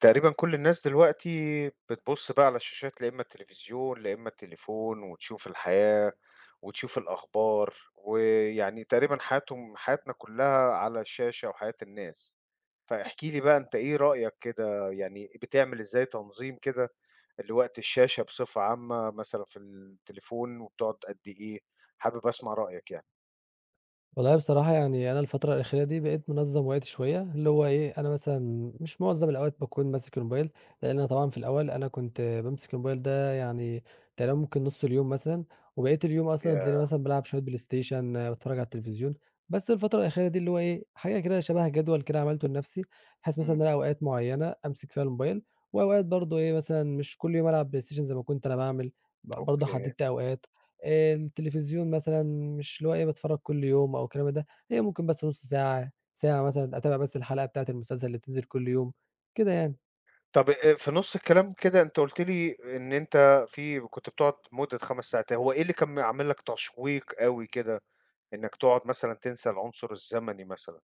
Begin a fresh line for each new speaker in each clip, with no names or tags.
تقريبًا كل الناس دلوقتي بتبُص بقى على الشاشات، لا إمّا التلفزيون، لا إمّا التليفون، وتشوف الحياة، وتشوف الأخبار، ويعني تقريبًا حياتنا كلّها على الشاشة وحياة الناس. فاحكِ لي بقى أنت إيه رأيك كده، يعني بتعمل إزاي تنظيم كده لوقت الشاشة بصفة عامة مثلًا في التليفون، وبتقعد قد إيه؟ حابب أسمع رأيك يعني.
والله بصراحة يعني أنا الفترة الأخيرة دي بقيت منظّم وقتي شوية، اللي هو إيه، أنا مثلًا مش معظم الأوقات باكون ماسك الموبايل، لإن أنا طبعًا في الأول أنا كنت بامسك الموبايل ده يعني تقريبًا ممكن نُص اليوم مثلًا، وبقية اليوم أصلًا تلاقيني
يا
مثلًا بالعب شوية بلاي ستيشن، باتفرّج على التلفزيون، بس الفترة الأخيرة دي اللي هو إيه، حاجة كده شبه جدول كده عملته لنفسي، بحيث مثلًا إن
إمم،
أنا أوقات معيّنة أمسك فيها الموبايل، وأوقات برضه إيه، مثلًا مش كل يوم ألعب بلاي ستيشن زي ما كنت أنا باعمل، برضه
أوكي.
حددت أوقات. التلفزيون مثلًا مش اللي هو إيه باتفرّج كل يوم أو الكلام ده، هي ممكن بس نُص ساعة، ساعة مثلًا أتابع بس الحلقة بتاعة المسلسل اللي بتنزل كل يوم، كده يعني.
طب في نُص الكلام كده أنت قُلت لي إن أنت كنت بتقعد مدة 5 ساعات، هو إيه اللي كان عامل لك تشويق أوي كده إنك تقعد مثلًا تنسى العنصر الزمني مثلًا؟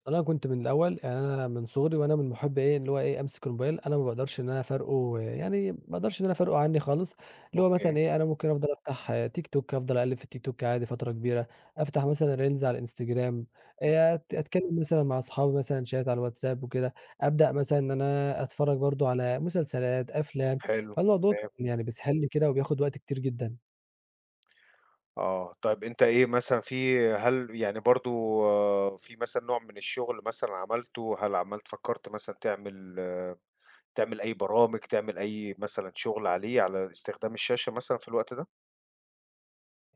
أصل أنا كنت من الأول يعني أنا من صغري وأنا من محبّي إيه، اللي هو إيه، أمسك الموبايل أنا ما باقدرش إن أنا أفارقه يعني ما باقدرش إن أنا أفارقه عنّي خالص، اللي هو مثلًا
أوكي،
إيه، أنا ممكن أفضل أفتح آه، تيك توك، أفضل أقلِّب في التيك توك عادي فترة كبيرة، أفتح مثلًا reels على الإنستجرام،
إمم،
أت أتكلّم مثلًا مع أصحابي مثلًا chat على الواتساب وكده، أبدأ مثلًا إن أنا أتفرّج برضه على مسلسلات، أفلام،
حلو،
فالموضوع
تمام،
كان يعني بيسحلني كده وبياخُد وقت كتير جدًا.
آه، طيب أنت إيه مثلًا هل يعني برضه مثلًا نوع من الشغل مثلًا عملته، هل عملت فكّرت مثلًا تعمل تعمل أي برامج، تعمل أي مثلًا شغل عليه، على استخدام الشاشة مثلًا في الوقت ده؟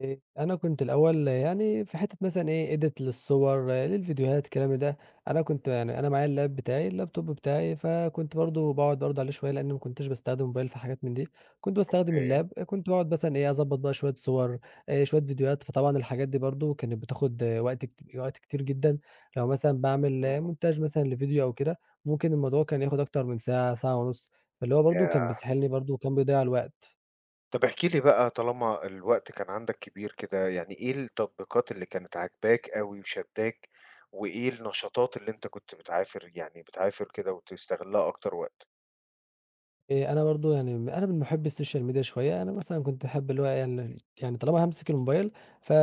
أنا كنت الأول يعني في حتّة مثلًا إيه edit للصور، آه، للفيديوهات الكلام ده، أنا كنت يعني أنا معايا اللاب بتاعي، اللابتوب بتاعي، فكنت برضه باقعد برضه عليه شوية لإنّي ما كنتش باستخدم موبايل في حاجات من دي، كنت باستخدم
أوكي،
اللاب، كنت باقعد مثلًا إيه أضبّط بقى شوية صور، شوية فيديوهات، فطبعًا الحاجات دي برضه كانت بتاخد آه، وقت كتير جدًا، لو مثلًا باعمل
إمم،
مونتاج مثلًا لفيديو أو كده، ممكن الموضوع كان ياخد أكتر من ساعة، ساعة ونُص، فاللي هو برضه كان
ياه!
بيسحلني برضه وكان بيضيّع الوقت.
طب احكِ لي بقى طالما الوقت كان عندك كبير كده، يعني إيه التطبيقات اللي كانت عاجباك أوي وشدّاك، وإيه النشاطات اللي أنت كنت بتعافر كده وتستغلها أكتر وقت؟
أنا برضه يعني أنا من مُحبّي السوشيال ميديا شوية، أنا مثلًا كنت باحب اللي هو يعني طالما هامسك الموبايل،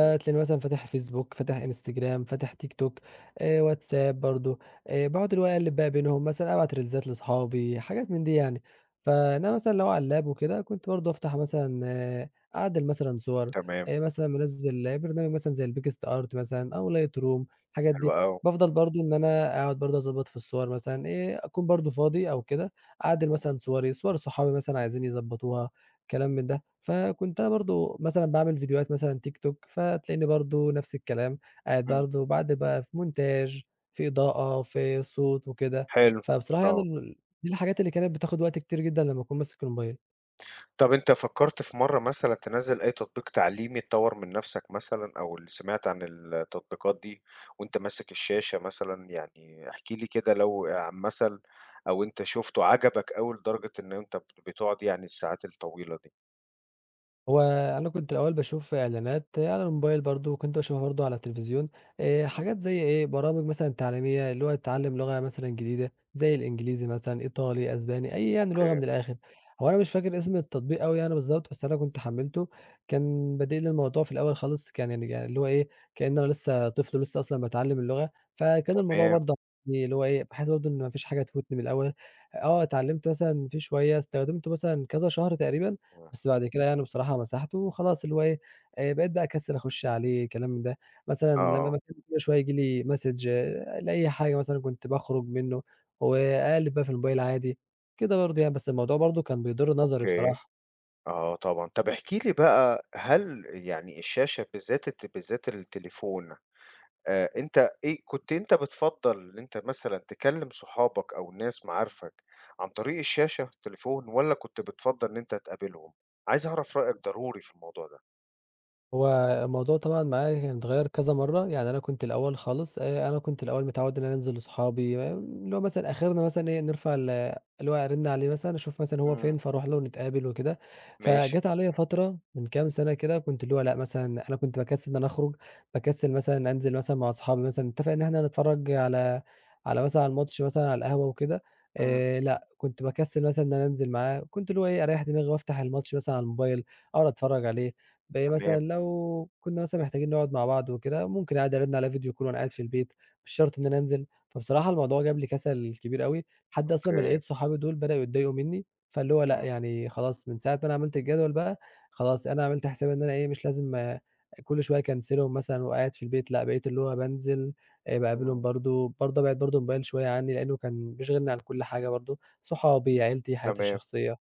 إمم.
مثلًا فاتح فيسبوك، فاتح Instagram، فاتح تيك توك، واتساب برضه، باقعد اللي هو أقلِّب بقى بينهم، مثلًا أبعت ريلزات لأصحابي، حاجات من دي يعني. فإنما مثلًا لو على اللاب وكده، كنت برضه أفتح مثلًا آه، أعدِّل مثلًا صور،
تمام،
مثلًا منزِّل برنامج مثلًا زي الBigest art مثلًا أو Lightroom الحاجات
حلو
دي.
أوي.
بافضل برضه إن أنا أقعد برضه أضبّط في الصور مثلًا، أكون برضه فاضي أو كده، أعدّل
إمم،
مثلًا صوري، صور صحابي مثلًا عايزين يضبّطوها، كلام من ده. فكنت أنا برضه مثلًا باعمل فيديوهات مثلًا تيك توك، فتلاقيني برضه نفس الكلام، قاعد
إمم،
برضه باعدّل بقى في مونتاج، في إضاءة، في صوت وكده.
حلو،
فبصراحة يعني
آه.
دي الحاجات اللي كانت بتاخُد وقت كتير جدًا لمّا أكون ماسك الموبايل.
طب أنت فكّرت في مرّة مثلًا تنزّل أي تطبيق تعليمي تطوّر من نَفْسك مثلًا أو اللي سمعت عن التطبيقات دي وأنت ماسك الشاشة مثلًا؟ يعني احكِ لي كده لو عن أو أنت شُفته عجبك أوي لدرجة إن أنت بتقعد يعني الساعات الطويلة دي.
هو أنا كنت الأول باشوف إعلانات على الموبايل برضه، وكنت باشوفها برضه على التلفزيون،
إمم،
حاجات زي إيه، برامج مثلًا تعليمية اللي هو تتعلم لغة مثلًا جديدة، زي الإنجليزي مثلًا، إيطالي، أسباني، أي يعني لغة
أوكي،
من الآخر. هو أنا مش فاكر اسم التطبيق أوي يعني بالضبط، بس أنا كنت حمّلته، كان بادئ لي الموضوع في الأول خالص كان يعني يعني اللي هو إيه، كأن أنا لسه طفل ولسه أصلًا باتعلم اللغة، فكان الموضوع
تمام،
برضه اللي هو إيه، بحيث برضه إن ما فيش حاجة تفوتني من الأول. آه اتعلمت مثلًا فيه شوية، استخدمته مثلًا كذا شهر تقريبًا
إمم،
بس بعد كده يعني بصراحة مسحته وخلاص اللي هو إيه، بقيت بقى أكسّل أخُش عليه كلام من ده، مثلًا لمّا
آه،
باكلّمه كل شوية ييجي لي message لأي حاجة مثلًا كنت باخرج منّه، وأقلِّب بقى في الموبايل عادي، كده برضه يعني، بس الموضوع برضه كان بيضر نظري
أوكي،
بصراحة.
آه طبعًا. طب احكِ لي بقى هل يعني الشاشة بالذات التليفون أنت إيه كنت أنت بتفضّل إن أنت مثلًا تكلّم صحابك أو ناس معارفك عن طريق الشاشة، التليفون والّا كنت بتفضّل إن أنت تقابلهم؟ عايز أعرف رأيك ضروري في الموضوع ده.
هو الموضوع طبعًا معايا يعني اتغيّر كذا مرّة، يعني أنا كنت الأول خالص أنا كنت الأول متعوّد إن أنا أنزل لصحابي اللي هو مثلًا آخرنا مثلًا إيه نرفع ال اللي هو أرِن عليه مثلًا أشوف مثلًا هو
إمم.
فين فاروح له نتقابل وكده،
ماشي.
فجات عليَّ فترة من كام سَنة كده كنت اللي هو لأ مثلًا أنا كنت باكسّل إن أنا أخرج، باكسّل مثلًا أنزل مثلًا مع أصحابي مثلًا نتفق إن إحنا نتفرّج على على مثلًا على الماتش مثلًا على القهوة وكده
إمم.
لأ كنت باكسّل مثلًا إن أنا أنزل معاه، كنت اللي هو إيه أريّح دماغي وأفتح الماتش مثلًا على الموبايل، أقعد أتفرّج عليه. ب مثلًا
تمام،
لو كنا مثلًا محتاجين نقعد مع بعض وكده، ممكن عادي أرَنّ عليه فيديو call وأنا قاعد في البيت، مش شرط إن أنا أنزل، فبصراحة الموضوع جاب لي كسل كبير أوي، لحد أصلًا ما
أوكي.
لقيت صحابي دول بدأوا يتضايقوا منّي، فاللي هو لأ،
إمم،
يعني خلاص من ساعة ما أنا عملت الجدول بقى، خلاص أنا عملت حسابي إن أنا إيه، مش لازم آه، كل شوية أكنسلهم مثلًا وقاعد في البيت، لأ بقيت اللي هو بانزل باقابلهم
إمم.
برضه، برضه أبعد برضه الموبايل شوية عنّي لإنه كان بيشغلني عن كل حاجة برضه، صحابي، عيلتي، حياتي
تمام.
الشخصية.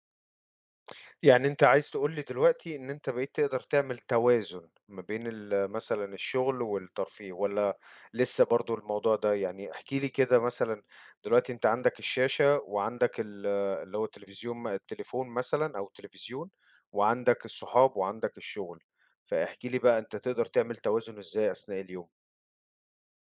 يعني أنت عايز تقول لي دلوقتي إن أنت بقيت تقدر تعمل توازن ما بين مثلًا الشغل والترفيه والّا لسه برضه الموضوع ده يعني احكِ لي كده مثلًا دلوقتي أنت عندك الشاشة وعندك اللي هو التلفزيون التليفون مثلًا أو التلفزيون وعندك الصحاب وعندك الشغل، فاحكِ لي بقى أنت تقدر تعمل توازن إزاي أثناء اليوم؟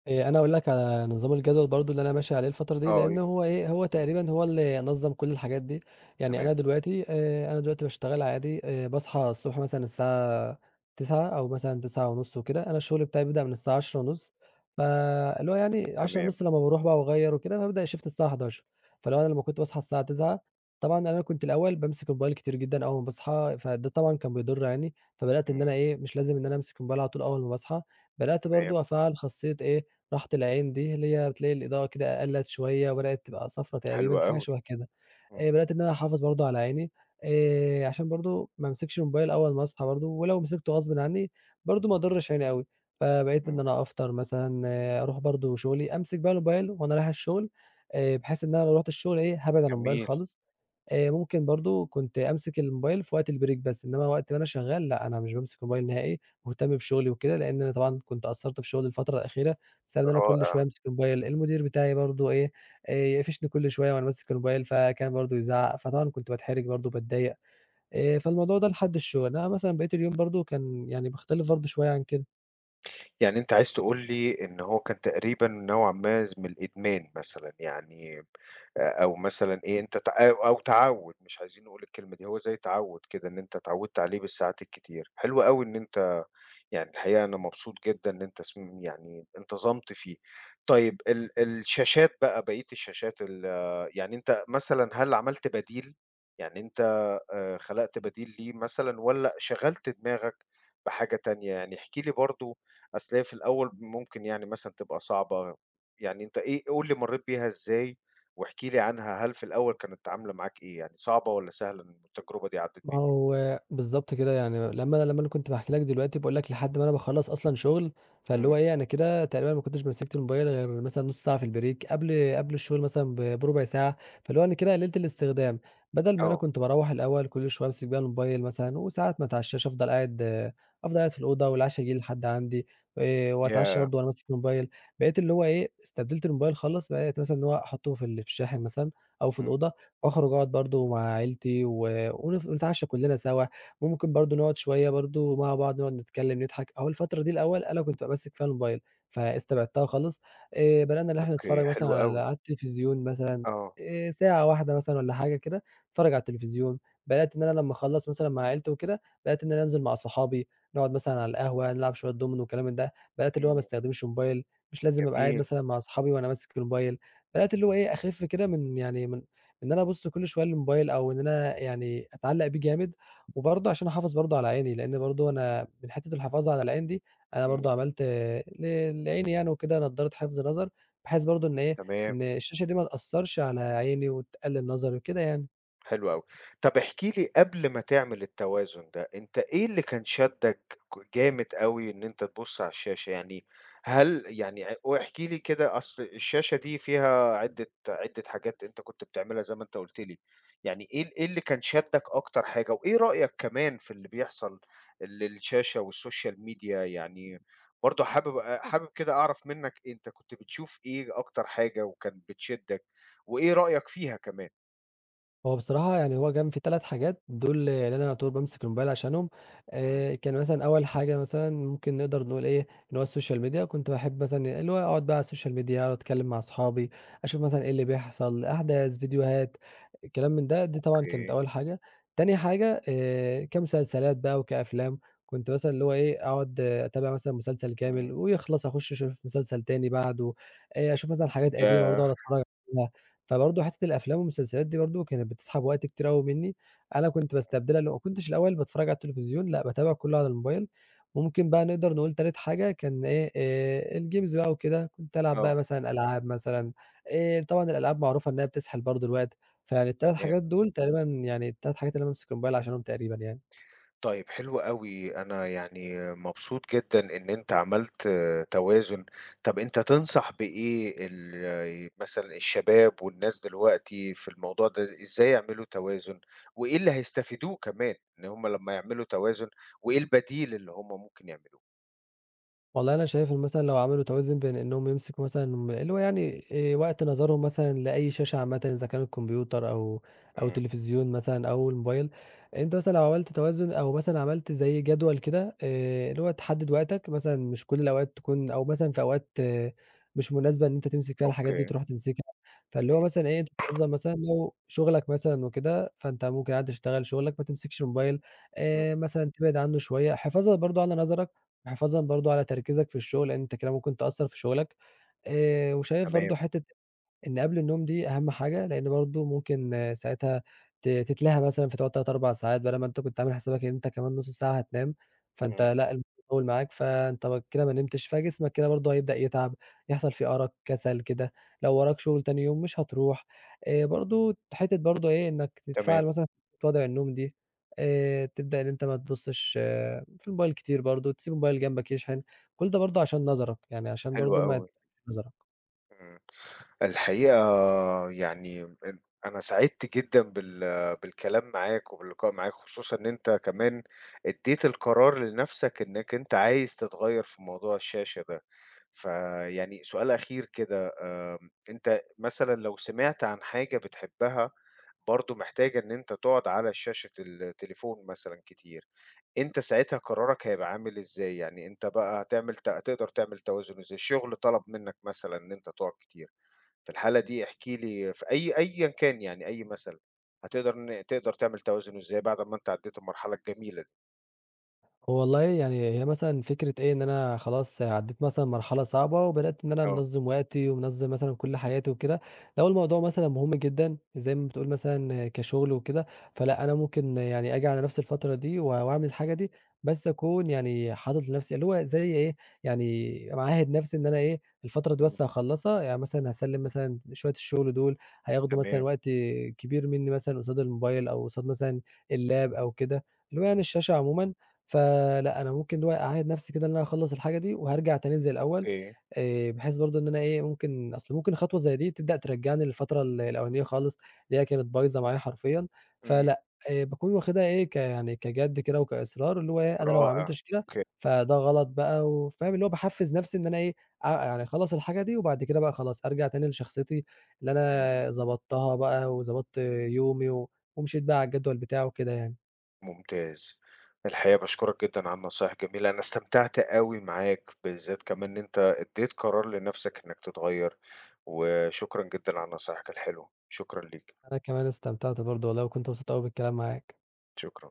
أنا هاقول لك على نظام الجدول برضه اللي أنا ماشي عليه الفترة دي،
آه،
لإن
ي
هو إيه، هو
إمم،
تقريبًا هو اللي نظّم كل الحاجات دي، يعني
تمام،
أنا دلوقتي أنا دلوقتي باشتغل عادي باصحى الصبح مثلًا الساعة 09:00 أو مثلًا 09:30 وكده، أنا الشغل بتاعي بيبدأ من الساعة 10:30 فاللي هو يعني
تمام،
10:30 لمّا باروح بقى وأغيّر وكده بابدأ الشيفت الساعة 11:00 فلو أنا لمّا كنت باصحى الساعة 09:00 طبعًا أنا كنت الأول بامسك الموبايل كتير جدًا أول ما باصحى، فده طبعًا كان بيضر عيني، فبدأت إن
إمم،
أنا إيه، مش لازم إن أنا أمسك الموبايل على طول أول ما باصحى، بدأت
تمام،
برضه أفعّل خاصية إيه راحة العين دي اللي هي بتلاقي الإضاءة كده قلّت شوية وبدأت تبقى صفرا
حلو
تقريبًا، حاجة
أوي،
شبه كده.
إمم،
بدأت إن أنا أحافظ برضه على عيني، عشان برضه ما امسكش الموبايل أول ما أصحى برضه، ولو مسكته غصبٍ عني برضه ما اضرش عيني أوي، فبقيت إن
إمم،
أنا أفطر مثلًا، آه، أروح برضه شغلي، أمسك بقى الموبايل وأنا رايح الشغل، بحيث إن أنا لو رُحت الشغل إيه، هابعد عن الموبايل
جميل،
خالص، ممكن برضه كنت أمسك الموبايل في وقت البريك بس، إنما وقت ما أنا شغال لأ، أنا مش بامسك الموبايل نهائي، مهتم بشغلي وكده، لإن أنا طبعًا كنت قصّرت في شغلي الفترة الأخيرة، بسبب إن أنا كل
رائع.
شوية أمسك الموبايل، المدير بتاعي برضه إيه، يقفشني كل شوية وأنا ماسك الموبايل، فكان برضه يزعّق، فطبعًا كنت باتحرج برضه، باتضايق، فالموضوع ده لحد الشغل، إنّما مثلًا بقية اليوم برضه كان يعني باختلف برضه شوية عن كده.
يعني أنت عايز تقول لي إن هو كان تقريبًا نوعًا ما من الإدمان مثلًا يعني أو مثلًا إيه، أنت تع أو أو تعوّد، مش عايزين نقول الكلمة دي، هو زي تعوّد كده إن أنت اتعوّدت عليه بالساعات الكتير. حلو أوي إن أنت يعني الحقيقة أنا مبسوط جدًا إن أنت يعني انتظمت فيه. طيب الشاشات بقى، بقية الشاشات يعني أنت مثلًا هل عملت بديل؟ يعني أنت خلقت بديل ليه مثلًا والّا شغّلت دماغك بحاجة تانية؟ يعني احكِ لي برضه أصل هي في الأول ممكن يعني مثلًا تبقى صعبة، يعني أنت إيه قُل لي مرّيت بيها إزاي، واحكِ لي عنها، هل في الأول كانت عاملة معاك إيه، يعني صعبة والّا سهلة التجربة دي عدّت
ما
بيك؟
هو بالضبط كده، يعني لمّا أنا لمّا أنا كنت باحكي لك دلوقتي باقول لك لحد ما أنا باخلّص أصلًا شغل، فاللي
إمم،
هو إيه، أنا كده تقريبًا ما كنتش مسكت الموبايل غير مثلًا نُص ساعة في البريك قبل الشغل مثلًا بربع ساعة، فاللي هو أنا كده قللت الاستخدام، بدل ما أنا
آه،
كنت باروّح الأول كل شوية أمسك بقى الموبايل مثلًا وساعات ما اتعشاش أفضل قاعد آه، أفضل قاعد في الأوضة والعشا ييجي لحد عندي، وأتعشى
ياه!
برضه وأنا ماسك الموبايل، بقيت اللي هو إيه، استبدلت الموبايل خالص، بقيت مثلًا إن هو أحطه في الشاحن مثلًا أو في
إمم،
الأوضة واخرج أقعد برضه مع عيلتي و ونف ونتعشى كلنا سوا، ممكن برضه نقعد شوية برضه مع بعض نقعد نتكلم، نضحك، أهو الفترة دي الأول أنا كنت بابقى ماسك فيها الموبايل، فاستبعدتها خالص، بدأنا إن إحنا
أوكي،
نتفرج مثلًا
حلو
على
أوي،
على التلفزيون مثلًا،
آه،
ساعة واحدة مثلًا والّا حاجة كده، أتفرج على التلفزيون، بدأت إن أنا لمّا أخلّص مثلًا مع عيلتي وكده، بدأت إن أنا أنزل مع صحابي، نقعد مثلًا على القهوة، نلعب شوية دومينو وكلام من ده، بدأت اللي هو ما
إمم،
استخدمش موبايل، مش لازم أبقى قاعد
جميل،
مثلًا مع صحابي وأنا ماسك الموبايل، بدأت اللي هو إيه أخِف كده من يعني من إن أنا أبُص كل شوية للموبايل أو إن أنا يعني أتعلّق بيه جامد، وبرضه عشان أحافظ برضه على عيني، لإن برضه أنا من حتّة الحفاظ على العين دي، أنا
إمم،
برضه عملت لعيني يعني وكده نضارة حفظ نظر، بحيث برضه إن إيه،
تمام.
إن الشاشة دي ما تأثّرش على عيني وتقلِّل نظري وكده يعني.
حلو أوي. طب احكِ لي قبل ما تعمل التوازن ده، أنت إيه اللي كان شدّك جامد أوي إن أنت تبُص على الشاشة؟ يعني هل يعني واحكِ لي كده أصل الشاشة دي فيها عدّة حاجات أنت كنت بتعملها زي ما أنت قُلت لي، يعني إيه إيه اللي كان شدّك أكتر حاجة؟ وإيه رأيك كمان في اللي بيحصل الشاشة والسوشيال ميديا؟ يعني برضه حابب كده أعرف منّك أنت كنت بتشوف إيه أكتر حاجة وكان بتشدّك، وإيه رأيك فيها كمان؟
هو بصراحة يعني هو كان في 3 حاجات دول اللي أنا يعتبر بامسك الموبايل عشانهم،
إمم،
كان مثلًا أول حاجة مثلًا ممكن نقدر نقول إيه، اللي هو السوشيال ميديا، كنت باحب مثلًا اللي هو أقعد بقى على السوشيال ميديا، أقعد أتكلم مع أصحابي، أشوف مثلًا إيه اللي بيحصل، أحداث، فيديوهات، كلام من ده، دي طبعًا كانت
أوكي.
أول حاجة. تاني حاجة كمسلسلات بقى وكأفلام، كنت مثلًا اللي هو إيه، أقعد آه، أتابع مثلًا مسلسل
إمم،
كامل ويخلص أخش أشوف مسلسل تاني بعده، أشوف مثلًا حاجات قديمة برضه
ياه!
أقعد أتفرج فبرضه حتّة الأفلام والمسلسلات دي برضه كانت بتسحب وقت كتير أوي منّي، أنا كنت باستبدلها لو ما كنتش الأول باتفرّج على التلفزيون لأ، باتابع كلّه على الموبايل، ممكن بقى نقدر نقول تالت حاجة كان إيه، الجيمز بقى وكده، كنت ألعب بقى
آه،
مثلًا ألعاب مثلًا، طبعًا الألعاب معروفة إنّها بتسحل برضه الوقت، فيعني ال3
تمام.
حاجات دول تقريبًا يعني ال3 حاجات اللي أنا ماسك الموبايل عشانهم تقريبًا يعني.
طيب حلو أوي، أنا يعني مبسوط جدًا إن أنت عملت توازن. طب أنت تنصح بإيه مثلًا الشباب والناس دلوقتي في الموضوع ده، إزاي يعملوا توازن، وإيه اللي هيستفيدوه كمان إن هم لمّا يعملوا توازن، وإيه البديل اللي هم ممكن يعملوه؟
والله أنا شايف إن مثلًا لو عملوا توازن بين إنهم يمسكوا مثلًا اللي هو يعني وقت نظرهم مثلًا لأي شاشة عامةً إذا كان الكمبيوتر أو أو
إمم،
تلفزيون مثلًا أو الموبايل، أنت مثلًا لو عملت توازن أو مثلًا عملت زي جدول كده اللي هو تحدد وقتك مثلًا مش كل الأوقات تكون أو مثلًا في أوقات آه، مش مناسبة إن أنت تمسك فيها الحاجات دي
أوكي،
تروح تمسكها، فاللي هو
إمم،
مثلًا إيه تنظم مثلًا لو شغلك مثلًا وكده، فأنت ممكن عادي تشتغل شغلك ما تمسكش موبايل،
إمم،
مثلًا تبعد عنه شوية حفاظًا برضه على نظرك حفاظًا برضه على تركيزك في الشغل، لإن أنت كده ممكن تأثّر في شغلك، وشايف برضه
تمام،
حتّة إن قبل النوم دي أهم حاجة، لإن برضه ممكن آه، ساعتها تتلهى مثلًا فتقعد 3، 4 ساعات بدل ما أنت كنت عامل حسابك إن أنت كمان نُص ساعة هتنام، فأنت
إمم،
لأ الموضوع طوّل معاك، فأنت كده ما نمتش، فجسمك كده برضه هيبدأ يتعب، يحصل فيه أرق، كسل كده، لو وراك شغل تاني يوم مش هتروح. برضه حتّة برضه إيه، إنّك
تمام،
تتفاعل مثلًا في وضع النوم دي، تبدأ إن أنت ما تبُصّش آه، في الموبايل كتير برضه، تسيب الموبايل جنبك يشحن، كل ده برضه عشان نَظَرك، يعني عشان
حلو
برضه ما
أوي،
يتعبش نَظَرك.
إمم. الحقيقة يعني أنا سعدت جدًا بالكلام معاك وباللقاء معاك، خصوصًا إن أنت كمان ادّيت القرار لنَفْسك إنّك أنت عايز تتغيّر في موضوع الشاشة ده. فيعني سؤال أخير كده، أنت مثلًا لو سمعت عن حاجة بتحبها برضه محتاجة إن أنت تقعد على شاشة التليفون مثلًا كتير، أنت ساعتها قرارك هيبقى عامل إزاي؟ يعني أنت بقى هتعمل ت هتقدر تعمل توازن إزاي؟ الشغل طلب منّك مثلًا إن أنت تقعد كتير، في الحالة دي احكِ لي في أي أيًا كان يعني أي مثل، هتقدر ن تقدر تعمل توازن إزاي بعد ما أنت عدّيت المرحلة الجميلة دي؟
هو والله يعني هي مثلًا فكرة إيه، إن أنا خلاص عدّيت مثلًا مرحلة صعبة وبدأت إن أنا
آه.
منظّم وقتي ومنظّم مثلًا كل حياتي وكده، لو الموضوع مثلًا مهم جدًا زي ما بتقول مثلًا كشغل وكده، فلأ أنا ممكن يعني آجي على نفسي الفترة دي وأعمل الحاجة دي، بس أكون يعني حاطط لنفسي اللي هو زي إيه، يعني معهِّد نفسي إن أنا إيه، الفترة دي
إمم.
بس هاخلّصها، يعني مثلًا هاسلِّم مثلًا شوية الشغل دول، هياخدوا مثلًا
تمام.
وقت كبير منّي مثلًا قصاد الموبايل أو قصاد مثلًا اللاب أو
إمم.
كده، اللي هو يعني الشاشة عمومًا، فلأ، أنا ممكن اللي هو أقعّد نفسي كده إن أنا أخلّص الحاجة دي وهارجع تاني زي الأول،
أوكي.
بحيث برضه إن أنا إيه، ممكن أصل ممكن خطوة زي دي تبدأ ترجّعني للفترة الأولانية خالص، اللي هي كانت بايظة معايا حرفيًا،
إمم.
فلأ، باكون واخدها إيه، يعني كجَد كده وكإصرار، اللي هو إيه، أنا لو ما
رائع.
عملتش كده
أوكي.
فده غلط بقى وفاهم، اللي هو باحفّز نفسي إن أنا إيه، يعني أخلّص الحاجة دي وبعد كده بقى خلاص أرجع تاني لشخصيتي اللي
إمم.
أنا ضبطتها بقى وضبطت يومي ومشيت بقى على الجدول بتاعه وكده يعني.
ممتاز. الحقيقة باشكرك جدًا على النصايح الجميلة، أنا استمتعت أوي معاك، بالذات كمان إن أنت ادّيت قرار لنَفْسك إنّك تتغيّر، وشكرًا جدًا على نصايحك الحلوة. شكرًا ليك.
أنا كمان استمتعت برضه والله، وكنت مبسوط أوي بالكلام معاك.
شكرًا.